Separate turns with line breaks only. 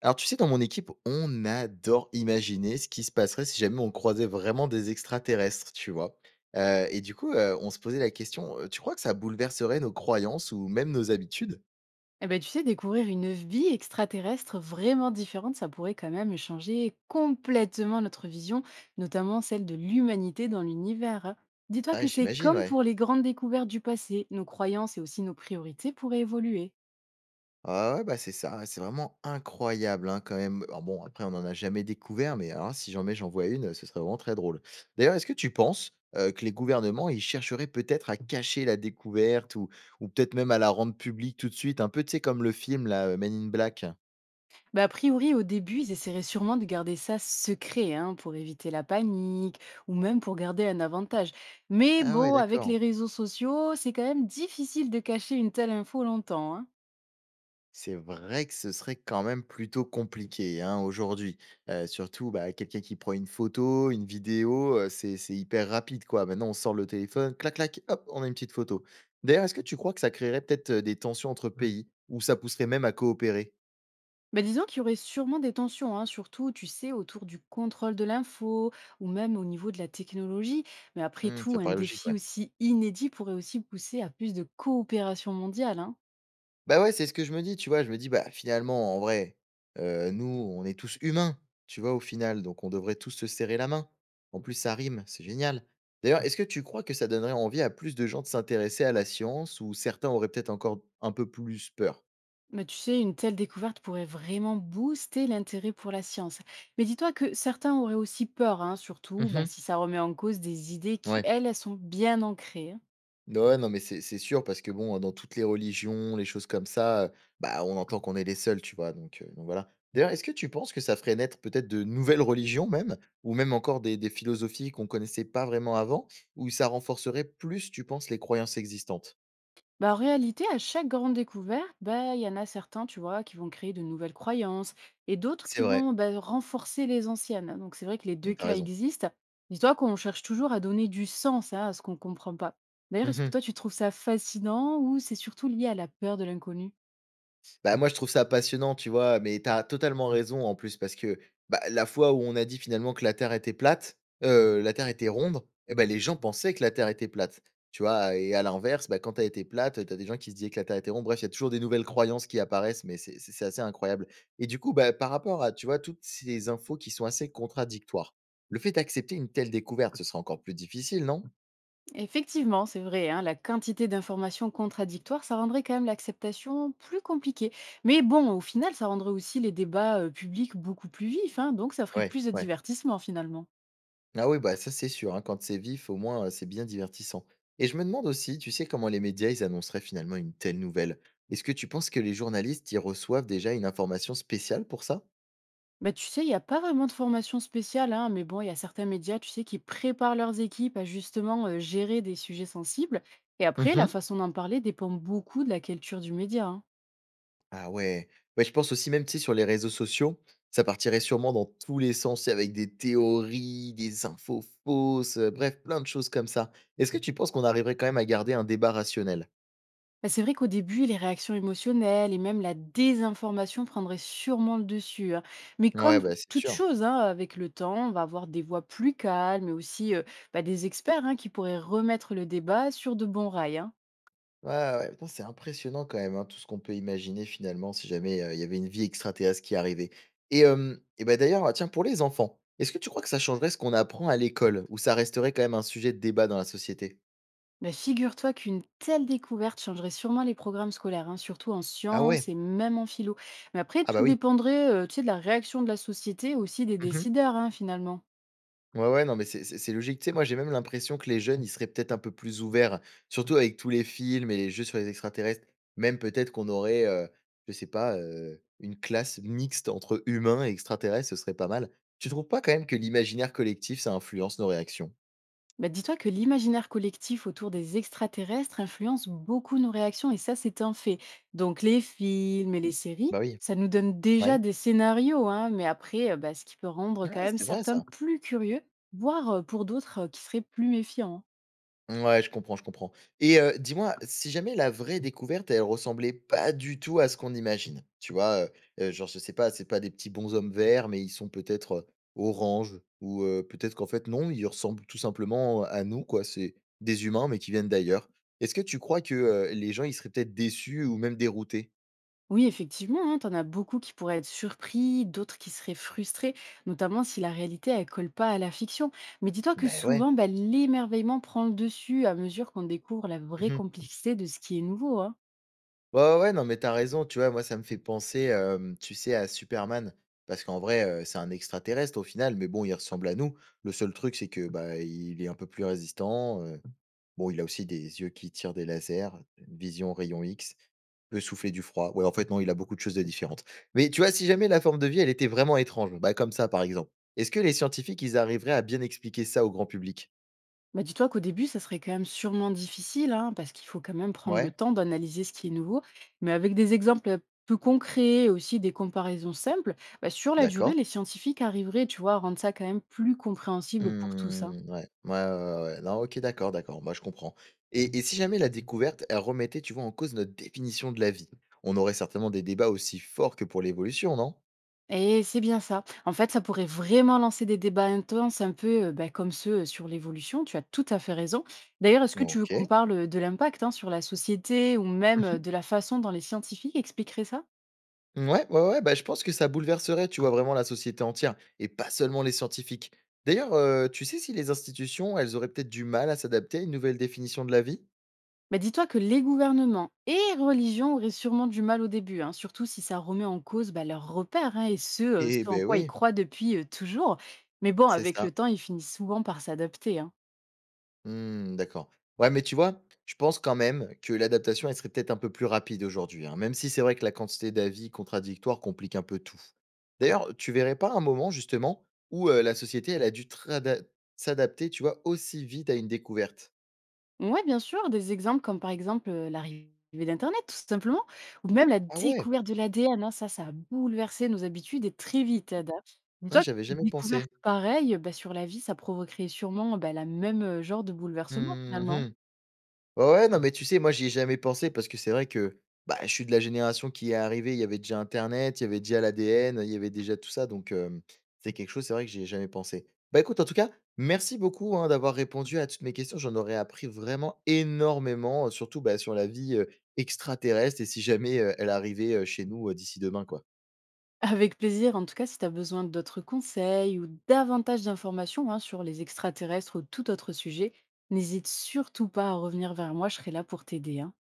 Alors, tu sais, dans mon équipe, on adore imaginer ce qui se passerait si jamais on croisait vraiment des extraterrestres, tu vois. Et du coup, on se posait la question, tu crois que ça bouleverserait nos croyances ou même nos habitudes?
Eh ben, tu sais, découvrir une vie extraterrestre vraiment différente, ça pourrait quand même changer complètement notre vision, notamment celle de l'humanité dans l'univers, hein. Dis-toi
Ah,
que c'est
j'imagine,
comme
ouais.
pour les grandes découvertes du passé, nos croyances et aussi nos priorités pourraient évoluer.
Ah ouais, bah c'est ça, ouais, c'est vraiment incroyable hein, quand même. Alors bon, après, on n'en a jamais découvert, mais alors, si jamais j'en vois une, ce serait vraiment très drôle. D'ailleurs, est-ce que tu penses que les gouvernements, ils chercheraient peut-être à cacher la découverte ou peut-être même à la rendre publique tout de suite, un peu, tu sais, comme le film, là, Men in Black?
Bah, a priori, au début, ils essaieraient sûrement de garder ça secret, hein, pour éviter la panique ou même pour garder un avantage. Mais
Ah ouais,
bon, avec
d'accord.
les réseaux sociaux, c'est quand même difficile de cacher une telle info longtemps, hein.
C'est vrai que ce serait quand même plutôt compliqué hein, aujourd'hui. Surtout, bah, quelqu'un qui prend une photo, une vidéo, c'est hyper rapide, quoi. Maintenant, on sort le téléphone, clac, clac, hop, on a une petite photo. D'ailleurs, est-ce que tu crois que ça créerait peut-être des tensions entre pays ou ça pousserait même à coopérer.
Bah, disons qu'il y aurait sûrement des tensions, hein, surtout, tu sais, autour du contrôle de l'info ou même au niveau de la technologie. Mais après
Hmm, ça
tout, un
paraît logique,
défi
ouais.
aussi inédit pourrait aussi pousser à plus de coopération mondiale, hein.
Bah, ouais, c'est ce que je me dis, tu vois? Je me dis: «Bah, finalement, en vrai, nous, on est tous humains», tu vois? Au final, donc on devrait tous se serrer la main. En plus, ça rime, c'est génial. D'ailleurs, est-ce que tu crois que ça donnerait envie à plus de gens de s'intéresser à la science ou certains auraient peut-être encore un peu plus peur?
Mais tu sais, une telle découverte pourrait vraiment booster l'intérêt pour la science. Mais dis-toi que certains auraient aussi peur, hein, surtout bah,
Mmh.
si ça remet en cause des idées qui,
Ouais.
elles, elles sont bien ancrées, hein.
Ouais, non, mais c'est sûr parce que bon, dans toutes les religions, les choses comme ça, bah, on entend qu'on est les seuls, tu vois? Donc voilà. D'ailleurs, est-ce que tu penses que ça ferait naître peut-être de nouvelles religions même? Ou même encore des philosophies qu'on connaissait pas vraiment avant? Ou ça renforcerait plus, tu penses, les croyances existantes?
Bah, en réalité, à chaque grande découverte, bah, il y en a certains, tu vois, qui vont créer de nouvelles croyances et d'autres
C'est
qui
vrai,
vont bah, renforcer les anciennes, hein. Donc, c'est vrai que les deux
t'as
cas
raison.
existent. Dis-toi qu'on cherche toujours à donner du sens hein, à ce qu'on ne comprend pas. D'ailleurs, est-ce que toi, tu trouves ça fascinant ou c'est surtout lié à la peur de l'inconnu?
Bah, moi, je trouve ça passionnant, tu vois? Mais tu as totalement raison en plus parce que, bah, la fois où on a dit finalement que la Terre était plate, la Terre était ronde, eh ben les gens pensaient que la Terre était plate, tu vois? Et à l'inverse, bah, quand elle était plate, tu as des gens qui se disaient que la Terre était ronde. Bref, il y a toujours des nouvelles croyances qui apparaissent, mais c'est assez incroyable. Et du coup, bah, par rapport à, tu vois, toutes ces infos qui sont assez contradictoires, le fait d'accepter une telle découverte, ce sera encore plus difficile, non?
Effectivement, c'est vrai, hein, la quantité d'informations contradictoires, ça rendrait quand même l'acceptation plus compliquée. Mais bon, au final, ça rendrait aussi les débats publics beaucoup plus vifs, hein, donc ça ferait
Ouais,
plus de
ouais.
divertissement finalement.
Ah oui, bah ça c'est sûr, hein, quand c'est vif, au moins c'est bien divertissant. Et je me demande aussi, tu sais comment les médias ils annonceraient finalement une telle nouvelle? Est-ce que tu penses que les journalistes y reçoivent déjà une information spéciale pour ça?
Bah, tu sais, il n'y a pas vraiment de formation spéciale, hein, mais bon, il y a certains médias, tu sais, qui préparent leurs équipes à justement gérer des sujets sensibles. Et après, la
Mhm.
façon d'en parler dépend beaucoup de la culture du média, hein.
Ah ouais. Ouais, je pense aussi même tu sais, sur les réseaux sociaux, ça partirait sûrement dans tous les sens avec des théories, des infos fausses, bref, plein de choses comme ça. Est-ce que tu penses qu'on arriverait quand même à garder un débat rationnel?
Bah, c'est vrai qu'au début, les réactions émotionnelles et même la désinformation prendraient sûrement le dessus, hein. Mais
Ouais,
comme
bah c'est
toute
sûr.
chose, hein, avec le temps, on va avoir des voix plus calmes, mais aussi bah, des experts hein, qui pourraient remettre le débat sur de bons rails, hein.
Ouais, ouais, ouais. Putain, c'est impressionnant quand même, hein, tout ce qu'on peut imaginer finalement si jamais, il y avait une vie extraterrestre qui arrivait et d'ailleurs, ah, tiens, pour les enfants, est-ce que tu crois que ça changerait ce qu'on apprend à l'école ou ça resterait quand même un sujet de débat dans la société?
Mais figure-toi qu'une telle découverte changerait sûrement les programmes scolaires, hein, surtout en
Ah
sciences
ouais?
et même en philo. Mais après,
Ah bah,
tout
oui.
dépendrait tu sais, de la réaction de la société, aussi des
Mmh.
décideurs, hein, finalement.
Ouais, ouais, non, mais c'est logique. Tu sais, moi, j'ai même l'impression que les jeunes, ils seraient peut-être un peu plus ouverts, surtout avec tous les films et les jeux sur les extraterrestres. Même peut-être qu'on aurait, je sais pas, une classe mixte entre humains et extraterrestres, ce serait pas mal. Tu trouves pas quand même que l'imaginaire collectif, ça influence nos réactions?
Bah, dis-toi que l'imaginaire collectif autour des extraterrestres influence beaucoup nos réactions, et ça, c'est un fait. Donc, les films et les séries,
Bah oui,
ça nous donne déjà
ouais.
des scénarios, hein, mais après, bah, ce qui peut rendre
Ouais,
quand même
c'est vrai
certains
ça.
plus curieux, voire pour d'autres qui seraient plus méfiants, hein.
Ouais, je comprends, je comprends. Et dis-moi, si jamais la vraie découverte, elle ressemblait pas du tout à ce qu'on imagine, tu vois? Genre, je sais pas, c'est pas des petits bonshommes verts, mais ils sont peut-être, oranges ou peut-être qu'en fait, non, ils ressemblent tout simplement à nous, quoi. C'est des humains, mais qui viennent d'ailleurs. Est-ce que tu crois que, les gens, ils seraient peut-être déçus ou même déroutés?
Oui, effectivement, hein, t'en as beaucoup qui pourraient être surpris, d'autres qui seraient frustrés, notamment si la réalité, elle colle pas à la fiction. Mais dis-toi que
Ben ouais.
souvent, bah, l'émerveillement prend le dessus à mesure qu'on découvre la vraie
Mmh.
complexité de ce qui est nouveau, hein.
Ouais, ouais, ouais, non, mais t'as raison, tu vois? Moi, ça me fait penser, tu sais, à Superman parce qu'en vrai, c'est un extraterrestre au final, mais bon, il ressemble à nous. Le seul truc, c'est que, bah, il est un peu plus résistant, bon, il a aussi des yeux qui tirent des lasers, une vision rayon X, peut souffler du froid. Ouais, en fait, non, il a beaucoup de choses de différentes. Mais tu vois, si jamais la forme de vie, elle était vraiment étrange, bah, comme ça, par exemple, est-ce que les scientifiques, ils arriveraient à bien expliquer ça au grand public?
Bah, dis-toi qu'au début, ça serait quand même sûrement difficile, hein, parce qu'il faut quand même prendre le
Ouais,
temps d'analyser ce qui est nouveau. Mais avec des exemples peu concrets et aussi des comparaisons simples, bah, sur la
d'accord.
durée, les scientifiques arriveraient, tu vois, à rendre ça quand même plus compréhensible pour tous, hein.
Mmh, ouais. Ouais, ouais, ouais, ouais. Non, OK, d'accord, d'accord. Bah, je comprends et si jamais la découverte, elle remettait, tu vois, en cause notre définition de la vie, on aurait certainement des débats aussi forts que pour l'évolution, non?
Et c'est bien ça. En fait, ça pourrait vraiment lancer des débats intenses, un peu bah, comme ceux sur l'évolution. Tu as tout à fait raison. D'ailleurs, est-ce que tu veux qu'on
OK.
parle de l'impact hein, sur la société ou même
Mmh.
de la façon dont les scientifiques expliqueraient ça?
Ouais, ouais, ouais, bah, je pense que ça bouleverserait, tu vois, vraiment la société entière et pas seulement les scientifiques. D'ailleurs, tu sais si les institutions, elles auraient peut-être du mal à s'adapter à une nouvelle définition de la vie?
Bah, dis-toi que les gouvernements et religions auraient sûrement du mal au début, hein, surtout si ça remet en cause bah, leurs repères hein, et ce,
Eh
ce en
ben
quoi ils
oui,
croient depuis toujours. Mais bon,
c'est
avec
ça.
le temps, ils finissent souvent par s'adapter, hein.
Mmh, d'accord. Ouais, mais tu vois, je pense quand même que l'adaptation, elle serait peut-être un peu plus rapide aujourd'hui, hein, même si c'est vrai que la quantité d'avis contradictoires complique un peu tout. D'ailleurs, tu verrais pas un moment justement où la société, elle a dû trada- s'adapter, tu vois, aussi vite à une découverte.
Ouais, bien sûr, des exemples comme par exemple, l'arrivée d'internet tout simplement ou même la
Ah ouais,
découverte de l'ADN, hein. Ça a bouleversé nos habitudes et très vite, hein, d'ailleurs.
ouais,
Dis-toi
j'avais
qu'une
jamais pensé.
découverte pareille, bah, sur la vie, ça provoquerait sûrement, bah, la même, genre de bouleversement finalement.
Mhm. Ouais, ouais, non, mais tu sais, moi, j'y ai jamais pensé parce que c'est vrai que, bah, je suis de la génération qui est arrivée, il y avait déjà internet, il y avait déjà l'ADN, il y avait déjà tout ça, donc c'est quelque chose, c'est vrai que j'y ai jamais pensé. Bah, écoute, en tout cas, merci beaucoup, hein, d'avoir répondu à toutes mes questions. J'en aurais appris vraiment énormément, surtout, bah, sur la vie, extraterrestre et si jamais, elle arrivait, chez nous, d'ici demain, quoi.
Avec plaisir, en tout cas, si tu as besoin d'autres conseils ou davantage d'informations, hein, sur les extraterrestres ou tout autre sujet, n'hésite surtout pas à revenir vers moi, je serai là pour t'aider, hein.